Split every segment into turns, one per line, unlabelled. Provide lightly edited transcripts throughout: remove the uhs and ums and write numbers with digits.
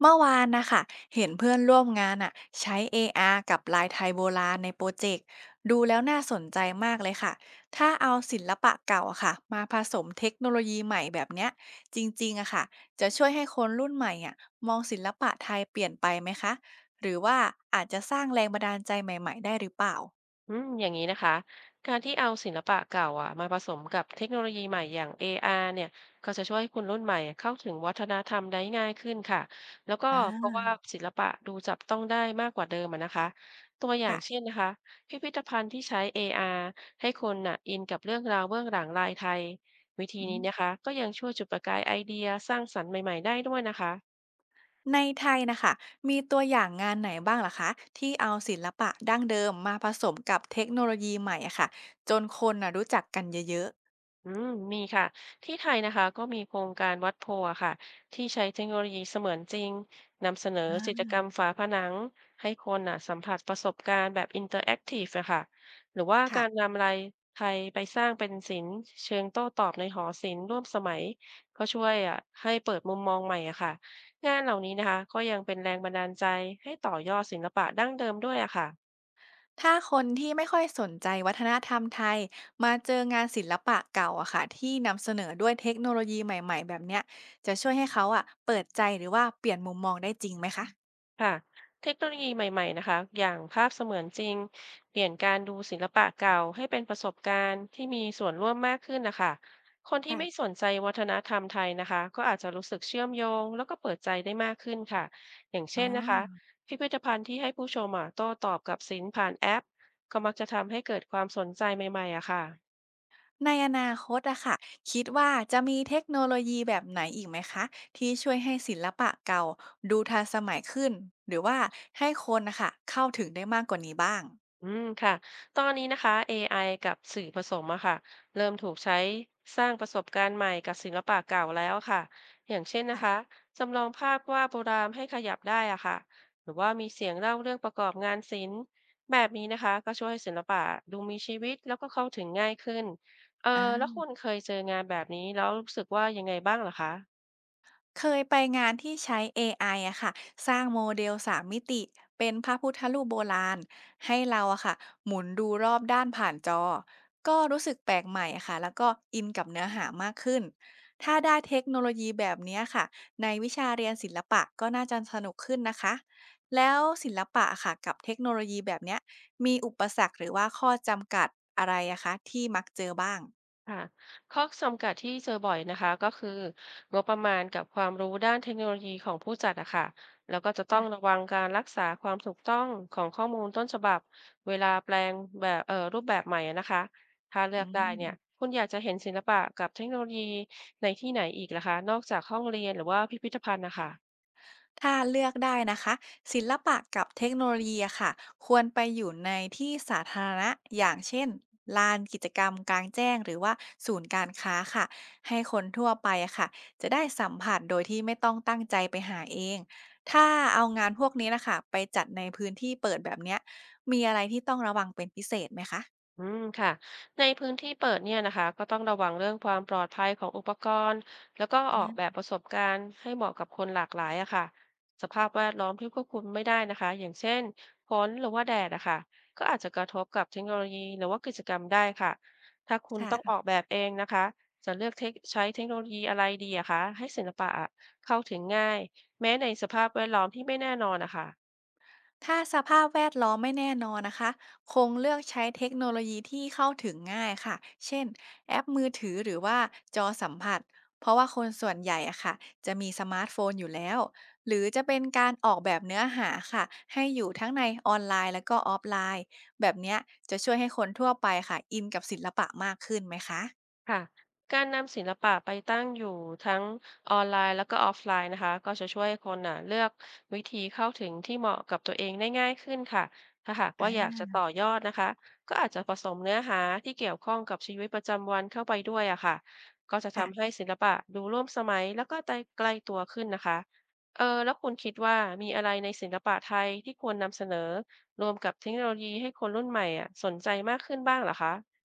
เมื่อวานนะคะเห็นเพื่อนร่วมงานอ่ะใช้ AR กับลายไทยโบราณในโปรเจกต์ดูแล้วน่าสนใจมากเลยค่ะถ้าเอาศิลปะเก่าอะค่ะมาผสมเทคโนโลยีใหม่แบบเนี้ยจริงๆอะค่ะจะช่วยให้คนรุ่นใหม่อ่ะมองศิลปะไทยเปลี่ยนไปไหมคะหรือว่าอาจจะสร้างแรงบันดาลใจใหม่ๆได้หรือเปล่า
อย่างนี้นะคะ การที่เอาศิลปะเก่าอ่ะมาผสมกับเทคโนโลยีใหม่อย่าง AR เนี่ยก็จะช่วยให้คนรุ่นใหม่เข้าถึงวัฒนธรรมได้ง่ายขึ้นค่ะ แล้วก็
อ่
เพราะ
า
ว่าศิลปะดูจับต้องได้มากกว่าเดิมอะนะคะ ตัวอย่าง
ค่ะ
เช่นนะคะพิพิธภัณฑ์ที่ใช้ AR ให้คนน่ะอินกับเรื่องราวเบื้องหลังลายไทยวิธี
อื
นี้
ม
นะคะ ก็ยังช่วยจุดประกายไอเดียสร้างสรรค์ใหม่ๆได้ด้วยนะคะ
ในไทยนะคะมีตัวอย่างงานไหนบ้างล่ะคะที่เอาศิลปะดั้งเดิมมาผสมกับเทคโนโลยีใหม่อะค่ะจนคนน่ะรู้จักกันเยอะๆ
อืมมีค่ะที่ไทยนะคะก็มีโครงการวัดโพธิ์อะค่ะที่ใช้เทคโนโลยีเสมือนจริงนำเสนอ
อา
จิตรกรรมฝาผนังให้คนน่ะสัมผัสประสบการณ์แบบอินเตอร์แอคทีฟอะค่ะหรือว่า
ๆค่ะ
การนำลายไทยไปสร้างเป็นศิลป์เชิงโต้ตอบในหอศิลป์ร่วมสมัยก็ช่วยอ่ะให้เปิดมุมมองใหม่อะค่ะงานเหล่านี้นะคะก็ยังเป็นแรงบันดาลใจให้ต่อยอดศิลปะดั้งเดิมด้วยอะค่ะ
ถ้าคนที่ไม่ค่อยสนใจวัฒนธรรมไทยมาเจองานศิลปะเก่าอะค่ะที่นำเสนอด้วยเทคโนโลยีใหม่ๆแบบเนี้ยจะช่วยให้เขาอะเปิดใจหรือว่าเปลี่ยนมุมมองได้จริงไหมคะ
ค่ะเทคโนโลยีใหม่ๆนะคะอย่างภาพเสมือนจริง เปลี่ยนการดูศิลปะเก่าให้เป็นประสบการณ์ที่มีส่วนร่วมมากขึ้นนะคะคนที่ไม่
ค่ะ
สนใจวัฒนธรรมไทยนะคะก็อาจจะรู้สึกเชื่อมโยงแล้วก็เปิดใจได้มากขึ้นค่ะอย่าง
อ๋
เช่นนะคะ
อ
พิพิธภัณฑ์ที่ให้ผู้ชมอ่ะโต้ตอบกับศิลป์ผ่านแอปก็มักจะทำให้เกิดความสนใจใหม่ๆอะค่ะ
ในอนาคตอะค่ะคิดว่าจะมีเทคโนโลยีแบบไหนอีกไหมคะที่ช่วยให้ศิลปะเก่าดูทันสมัยขึ้นหรือว่าให้คนนะคะเข้าถึงได้มากกว่านี้บ้าง
อืมค่ะตอนนี้นะคะ AI กับสื่อผสมอะค่ะเริ่มถูกใช้สร้างประสบการณ์ใหม่กับศิลปะเก่าแล้วค่ะอย่างเช่นนะคะ
ค่ะ
จำลองภาพวาดโบราณให้ขยับได้อะค่ะหรือว่ามีเสียงเล่าเรื่องประกอบงานศิลป์แบบนี้นะคะก็ช่วยให้ศิลปะดูมีชีวิตแล้วก็เข้าถึงง่ายขึ้นเออแล้ว
อา
คุณเคยเจองานแบบนี้แล้วรู้สึกว่ายังไงบ้างเหรอคะ
เคยไปงานที่ใช้เอไออะค่ะสร้างโมเดลสามมิติเป็นพระพุทธรูปโบราณให้เราอะค่ะหมุนดูรอบด้านผ่านจอ ก็รู้สึกแปลกใหม่อะค่ะแล้วก็อินกับเนื้อหามากขึ้น ถ้าได้เทคโนโลยีแบบเนี้ยค่ะในวิชาเรียนศิลปะก็น่าจะสนุกขึ้นนะคะแล้วศิลปะอะค่ะกับเทคโนโลยีแบบเนี้ยมีอุปสรรคหรือว่าข้อจำกัดอะไรอะคะที่มักเจอบ้าง
ค่ะข้อจำกัดที่เจอบ่อยนะคะก็คืองบประมาณกับความรู้ด้านเทคโนโลยีของผู้จัดอะค่ะแล้วก็จะต้องระ
ค่ะ
วังการรักษาความถูกต้องของข้อมูลต้นฉบับเวลาแปลงแบบรูปแบบใหม่อะนะคะถ้าเลื
อื
อกได้
ม
เนี่ยคุณอยากจะเห็นศิลปะกับเทคโนโลยีในที่ไหนอีกล่ะคะนอกจากห้องเรียนหรือว่าพิพิธภัณฑ์นะคะ
ถ้าเลือกได้นะคะศิลปะกับเทคโนโลยีอะค่ะควรไปอยู่ในที่สาธารณะอย่างเช่นลานกิจกรรมกลางแจ้งหรือว่าศูนย์การค้าค่ะให้คนทั่วไปอะค่ะจะได้สัมผัสโดยที่ไม่ต้องตั้งใจไปหาเองถ้าเอางานพวกนี้นะคะไปจัดในพื้นที่เปิดแบบเนี้ยมีอะไรที่ต้องระวังเป็นพิเศษไหมคะ
อืมค่ะในพื้นที่เปิดเนี่ยนะคะก็ต้องระวังเรื่องความปลอดภัยของอุปกรณ์แล้วก็ออ
อ่
กแบบ
า
ประสบการณ์ให้เหมาะกับคนหลากหลายอะค่ะสภาพแวดล้อมที่ควบคุมไม่ได้นะคะอย่างเช่นฝนหรือว่าแดดอะค่ะก็อาจจะกระทบกับเทคโนโลยีหรือว่ากิจกรรมได้ค่ะถ้าคุณต้องออก
ค่ะ
แบบเองนะคะจะเลือกเทคใช้เทคโนโลยีอะไรดีอะคะให้ศิลปะอะเข้าถึงง่ายแม้ในสภาพแวดล้อมที่ไม่แน่นอนนะคะ
ถ้าสภาพแวดล้อมไม่แน่นอนนะคะคงเลือกใช้เทคโนโลยีที่เข้าถึงง่ายค่ะเช่นแอปมือถือหรือว่าจอสัมผัสเพราะว่าคนส่วนใหญ่อะค่ะจะมีสมาร์ทโฟนอยู่แล้วหรือจะเป็นการออกแบบเนื้อหาค่ะให้อยู่ทั้งในออนไลน์แล้วก็ออฟไลน์แบบเนี้ยจะช่วยให้คนทั่วไปค่ะอินกับศิลปะมากขึ้นไหมคะ
ค่ะการนำศิลปะไปตั้งอยู่ทั้งออนไลน์แล้วก็ออฟไลน์นะคะก็จะช่วยให้คนน่ะเลือกวิธีเข้าถึงที่เหมาะกับตัวเองได้ง่ายขึ้นค่ะถ้าหาก
อ่
ว่าอยาก
า
จะต่อยอดนะคะก็อาจจะผสมเนื้อหาที่เกี่ยวข้องกับชีวิตประจำวันเข้าไปด้วยอะค่ะก็จะทำ
ค่ะ
ให้ศิลปะดูร่วมสมัยแล้วก็ใกล้ตัวขึ้นนะคะเออแล้วคุณคิดว่ามีอะไรในศิลปะไทยที่ควรนำเสนอรวมกับเทคโนโลยีให้คนรุ่นใหม่อะสนใจมากขึ้นบ้างเหรอคะ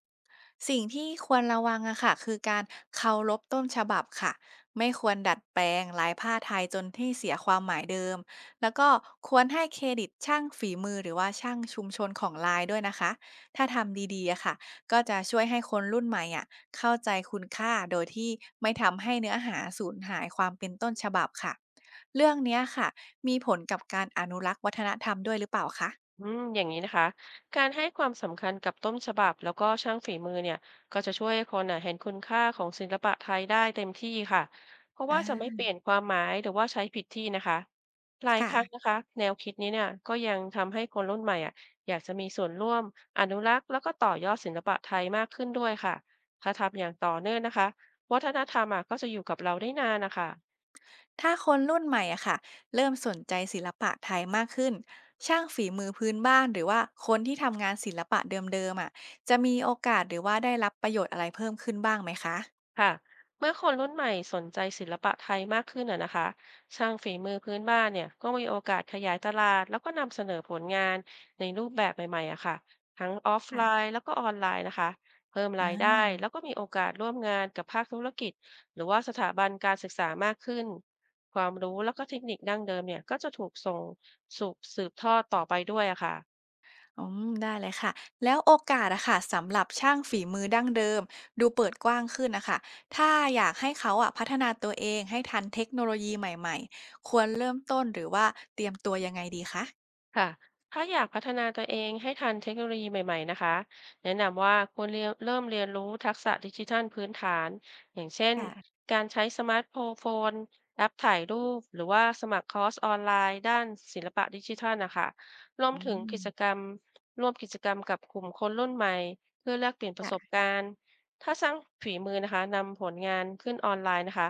สิ่งที่ควรระวังอะค่ะคือการเคารพต้นฉบับค่ะไม่ควรดัดแปลงลายผ้าไทยจนที่เสียความหมายเดิมแล้วก็ควรให้เครดิตช่างฝีมือหรือว่าช่างชุมชนของลายด้วยนะคะถ้าทำดีๆอะค่ะก็จะช่วยให้คนรุ่นใหม่อะเข้าใจคุณค่าโดยที่ไม่ทำให้เนื้อหาสูญหายความเป็นต้นฉบับค่ะเรื่องเนี้ยค่ะมีผลกับการอนุรักษ์วัฒนธรรมด้วยหรือเปล่าคะ
อย่างนี้นะคะการให้ความสำคัญกับต้นฉบับแล้วก็ช่างฝีมือเนี่ยก็จะช่วยให้คนน่ะเห็นคุณค่าของศิลปะไทยได้เต็มที่ค่ะเพราะ
อ่
ว่าจะไม่
า
เปลี่ยนความหมายหรือว่าใช้ผิดที่นะคะหลายค
ค่ะ
รั้งนะคะแนวคิดนี้เนี่ยก็ยังทำให้คนรุ่นใหม่อ่ะอยากจะมีส่วนร่วมอนุรักษ์แล้วก็ต่อยอดศิลปะไทยมากขึ้นด้วยค่ะ ถ้าทำอย่างต่อเนื่องนะคะวัฒนธรรมอ่ะก็จะอยู่กับเราได้นานนะคะ
ถ้าคนรุ่นใหม่อะค่ะเริ่มสนใจศิลปะไทยมากขึ้นช่างฝีมือพื้นบ้านหรือว่าคนที่ทำงานศิลปะเดิมๆอะจะมีโอกาสหรือว่าได้รับประโยชน์อะไรเพิ่มขึ้นบ้างไหมคะ
ค่ะเมื่อคนรุ่นใหม่สนใจศิลปะไทยมากขึ้นอ่ะนะคะช่างฝีมือพื้นบ้านเนี่ยก็มีโอกาสขยายตลาดแล้วก็นำเสนอผลงานในรูปแบบใหม่ๆอะค่ะทั้งออฟไล
ค่ะ
น์แล้วก็ออนไลน์นะคะเพิ่ม
อ่
รายได้
า
แล้วก็มีโอกาสร่วมงานกับภาคธุรกิจหรือว่าสถาบันการศึกษามากขึ้นความรู้แล้วก็เทคนิคดั้งเดิมเนี่ยก็จะถูกส่งสู่สืบทอดต่อไปด้วยอะค่ะ
อืมได้เลยค่ะแล้วโอกาสอะค่ะสำหรับช่างฝีมือดั้งเดิมดูเปิดกว้างขึ้นนะคะถ้าอยากให้เขาอะพัฒนาตัวเองให้ทันเทคโนโลยีใหม่ๆควรเริ่มต้นหรือว่าเตรียมตัวยังไงดีคะ
ค่ะถ้าอยากพัฒนาตัวเองให้ทันเทคโนโลยีใหม่ๆนะคะแนะนำว่าควรเริ่มเรียนรู้ทักษะดิจิทัลพื้นฐาน อย่างเช่น
ค่ะ
การใช้สมาร์ทโฟนแอปถ่ายรูป หรือว่าสมัครคอร์สออนไลน์ด้านศิลปะดิจิทัลนะคะรวม
อื
ถึง
ม
กิจกรรมร่วมกิจกรรมกับกลุ่มคนรุ่นใหม่เพื่อแลกเปลี่ยนประสบ
ค่ะ
การณ์ ถ้าสร้างฝีมือนะคะนำผลงานขึ้นออนไลน์นะคะ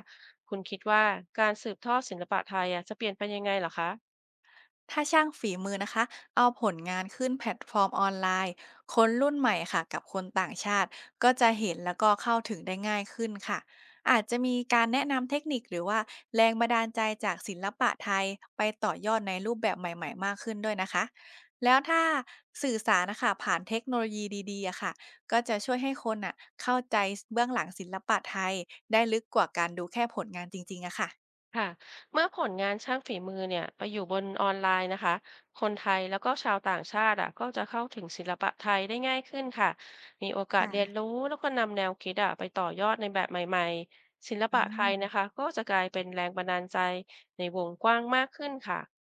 คุณคิดว่าการสืบทอดศิลปะไทยอะจะเปลี่ยนไปยังไงเหรอคะ
ถ้าช่างฝีมือนะคะเอาผลงานขึ้นแพลตฟอร์มออนไลน์คนรุ่นใหม่ค่ะกับคนต่างชาติก็จะเห็นแล้วก็เข้าถึงได้ง่ายขึ้นค่ะอาจจะมีการแนะนำเทคนิคหรือว่าแรงบันดาลใจจากศิลปะไทยไปต่อยอดในรูปแบบใหม่ๆมากขึ้นด้วยนะคะแล้วถ้าสื่อสารนะคะผ่านเทคโนโลยีดีๆอะค่ะก็จะช่วยให้คนอ่ะเข้าใจเบื้องหลังศิลปะไทยได้ลึกกว่าการดูแค่ผลงานจริงๆอะค่ะ
ค่ะเมื่อผลงานช่างฝีมือเนี่ยไปอยู่บนออนไลน์นะคะคนไทยแล้วก็ชาวต่างชาติอ่ะก็จะเข้าถึงศิลปะไทยได้ง่ายขึ้นค่ะมีโอกาส
ค่ะ
เรียนรู้แล้วก็นำแนวคิดอ่ะไปต่อยอดในแบบใหม่ๆ ศิล
อ่
ปะไทย
า
นะคะก็จะกลายเป็นแรงบันดาลใจในวงกว้างมากขึ้นค่ะ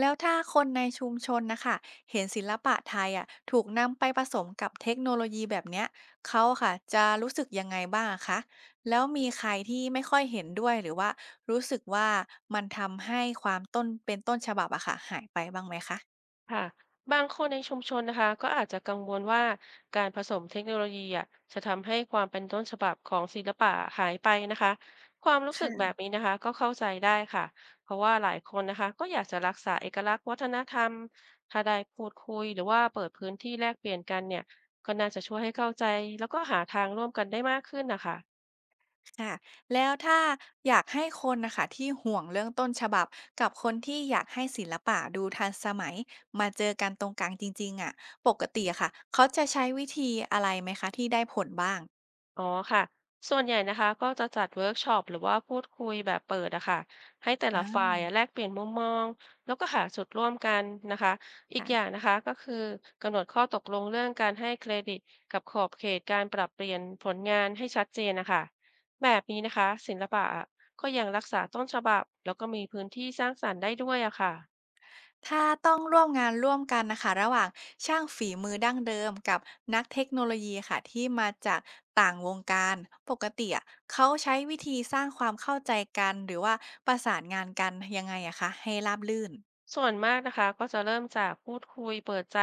แล้วถ้าคนในชุมชนนะคะเห็นศิลปะไทยอ่ะถูกนำไปผสมกับเทคโนโลยีแบบเนี้ยเขาอะค่ะจะรู้สึกยังไงบ้างอะคะแล้วมีใครที่ไม่ค่อยเห็นด้วยหรือว่ารู้สึกว่ามันทำให้ความต้นเป็นต้นฉบับอะค่ะหายไปบ้างไหมคะ
ค่ะบางคนในชุมชนนะคะก็อาจจะกังวลว่าการผสมเทคโนโลยีอ่ะจะทำให้ความเป็นต้นฉบับของศิลปะหายไปนะคะความรู้สึกแบ
ค่ะ
บนี้นะคะก็เข้าใจได้ค่ะเพราะว่าหลายคนนะคะก็อยากจะรักษาเอกลักษณ์วัฒนธรรมถ้าได้พูดคุยหรือว่าเปิดพื้นที่แลกเปลี่ยนกันเนี่ยก็น่าจะช่วยให้เข้าใจแล้วก็หาทางร่วมกันได้มากขึ้นนะคะ
ค่ะแล้วถ้าอยากให้คนนะคะที่ห่วงเรื่องต้นฉบับกับคนที่อยากให้ศิลปะดูทันสมัยมาเจอกันตรงกลางจริงๆอ่ะปกติอะค่ะเขาจะใช้วิธีอะไรไหมคะที่ได้ผลบ้าง
อ๋อค่ะส่วนใหญ่นะคะก็จะจัดเวิร์กช็อปหรือว่าพูดคุยแบบเปิดอะค่ะให้แต่ละฝ่า
อา
ยอะแลกเปลี่ยนมุมมองแล้วก็หาจุดร่วมกันนะคะอีกอย่าง
ค่ะ
นะคะก็คือกำหนดข้อตกลงเรื่องการให้เครดิตกับขอบเขตการปรับเปลี่ยนผลงานให้ชัดเจนนะคะแบบนี้นะคะศิลปะอะก็ยังรักษาต้นฉบับแล้วก็มีพื้นที่สร้างสรรค์ได้ด้วยอะค่ะ
ถ้าต้องร่วมงานร่วมกันน่ะค่ะระหว่างช่างฝีมือดั้งเดิมกับนักเทคโนโลยีค่ะที่มาจากต่างวงการปกติอะเขาใช้วิธีสร้างความเข้าใจกันหรือว่าประสานงานกันยังไงอะคะให้ราบรื่น
ส่วนมากนะคะก็จะเริ่มจากพูดคุยเปิดใจ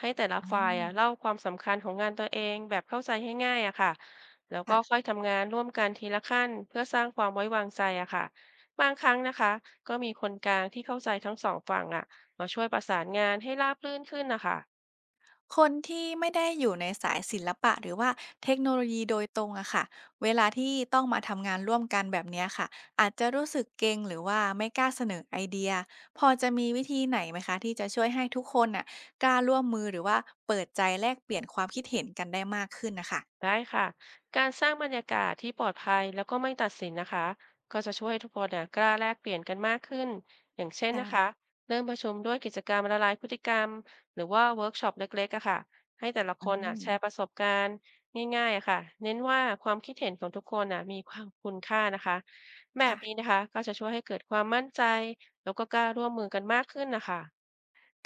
ให้แต่ละ
อา
ฝ่ายอะเล่าความสำคัญของงานตัวเองแบบเข้าใจง่ายๆอะค่ะแล้วก็
ค่ะ
ค่อยทำงานร่วมกันทีละขั้นเพื่อสร้างความไว้วางใจอะค่ะบางครั้งนะคะก็มีคนกลางที่เข้าใจทั้งสองฝั่งอะมาช่วยประสานงานให้ราบรื่นขึ้นนะคะ
คนที่ไม่ได้อยู่ในสายศิลปะหรือว่าเทคโนโลยีโดยตรงอะค่ะเวลาที่ต้องมาทำงานร่วมกันแบบเนี้ยค่ะอาจจะรู้สึกเกรงหรือว่าไม่กล้าเสนอไอเดียพอจะมีวิธีไหนไหมคะที่จะช่วยให้ทุกคนน่ะกล้าร่วมมือหรือว่าเปิดใจแลกเปลี่ยนความคิดเห็นกันได้มากขึ้นนะคะ
ได้ค่ะการสร้างบรรยากาศที่ปลอดภัยแล้วก็ไม่ตัดสินนะคะก็จะช่วยให้ทุกคนเนี่ยกล้าแลกเปลี่ยนกันมากขึ้นอย่างเช่นนะคะ
ค่ะ
เริ่มประชุมด้วยกิจกรรมละลายพฤติกรรมหรือว่าเวิร์กช็อปเล็กๆอะค่ะให้แต่ละ
อื
คนอะแชร์ประ
ม
สบการณ์ง่ายๆอะค่ะเน้นว่าความคิดเห็นของทุกคนอะมีความคุณค่านะคะแบบนี้
ค่ะ
นะคะก็จะช่วยให้เกิดความมั่นใจแล้วก็กล้าร่วมมือกันมากขึ้นนะคะ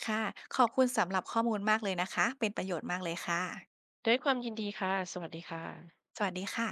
ค่ะขอบคุณสำหรับข้อมูลมากเลยนะคะเป็นประโยชน์มากเลยค่ะ
ด้วยความยินดีค่ะสวัสดีค่ะ
สวัสดีค่ะ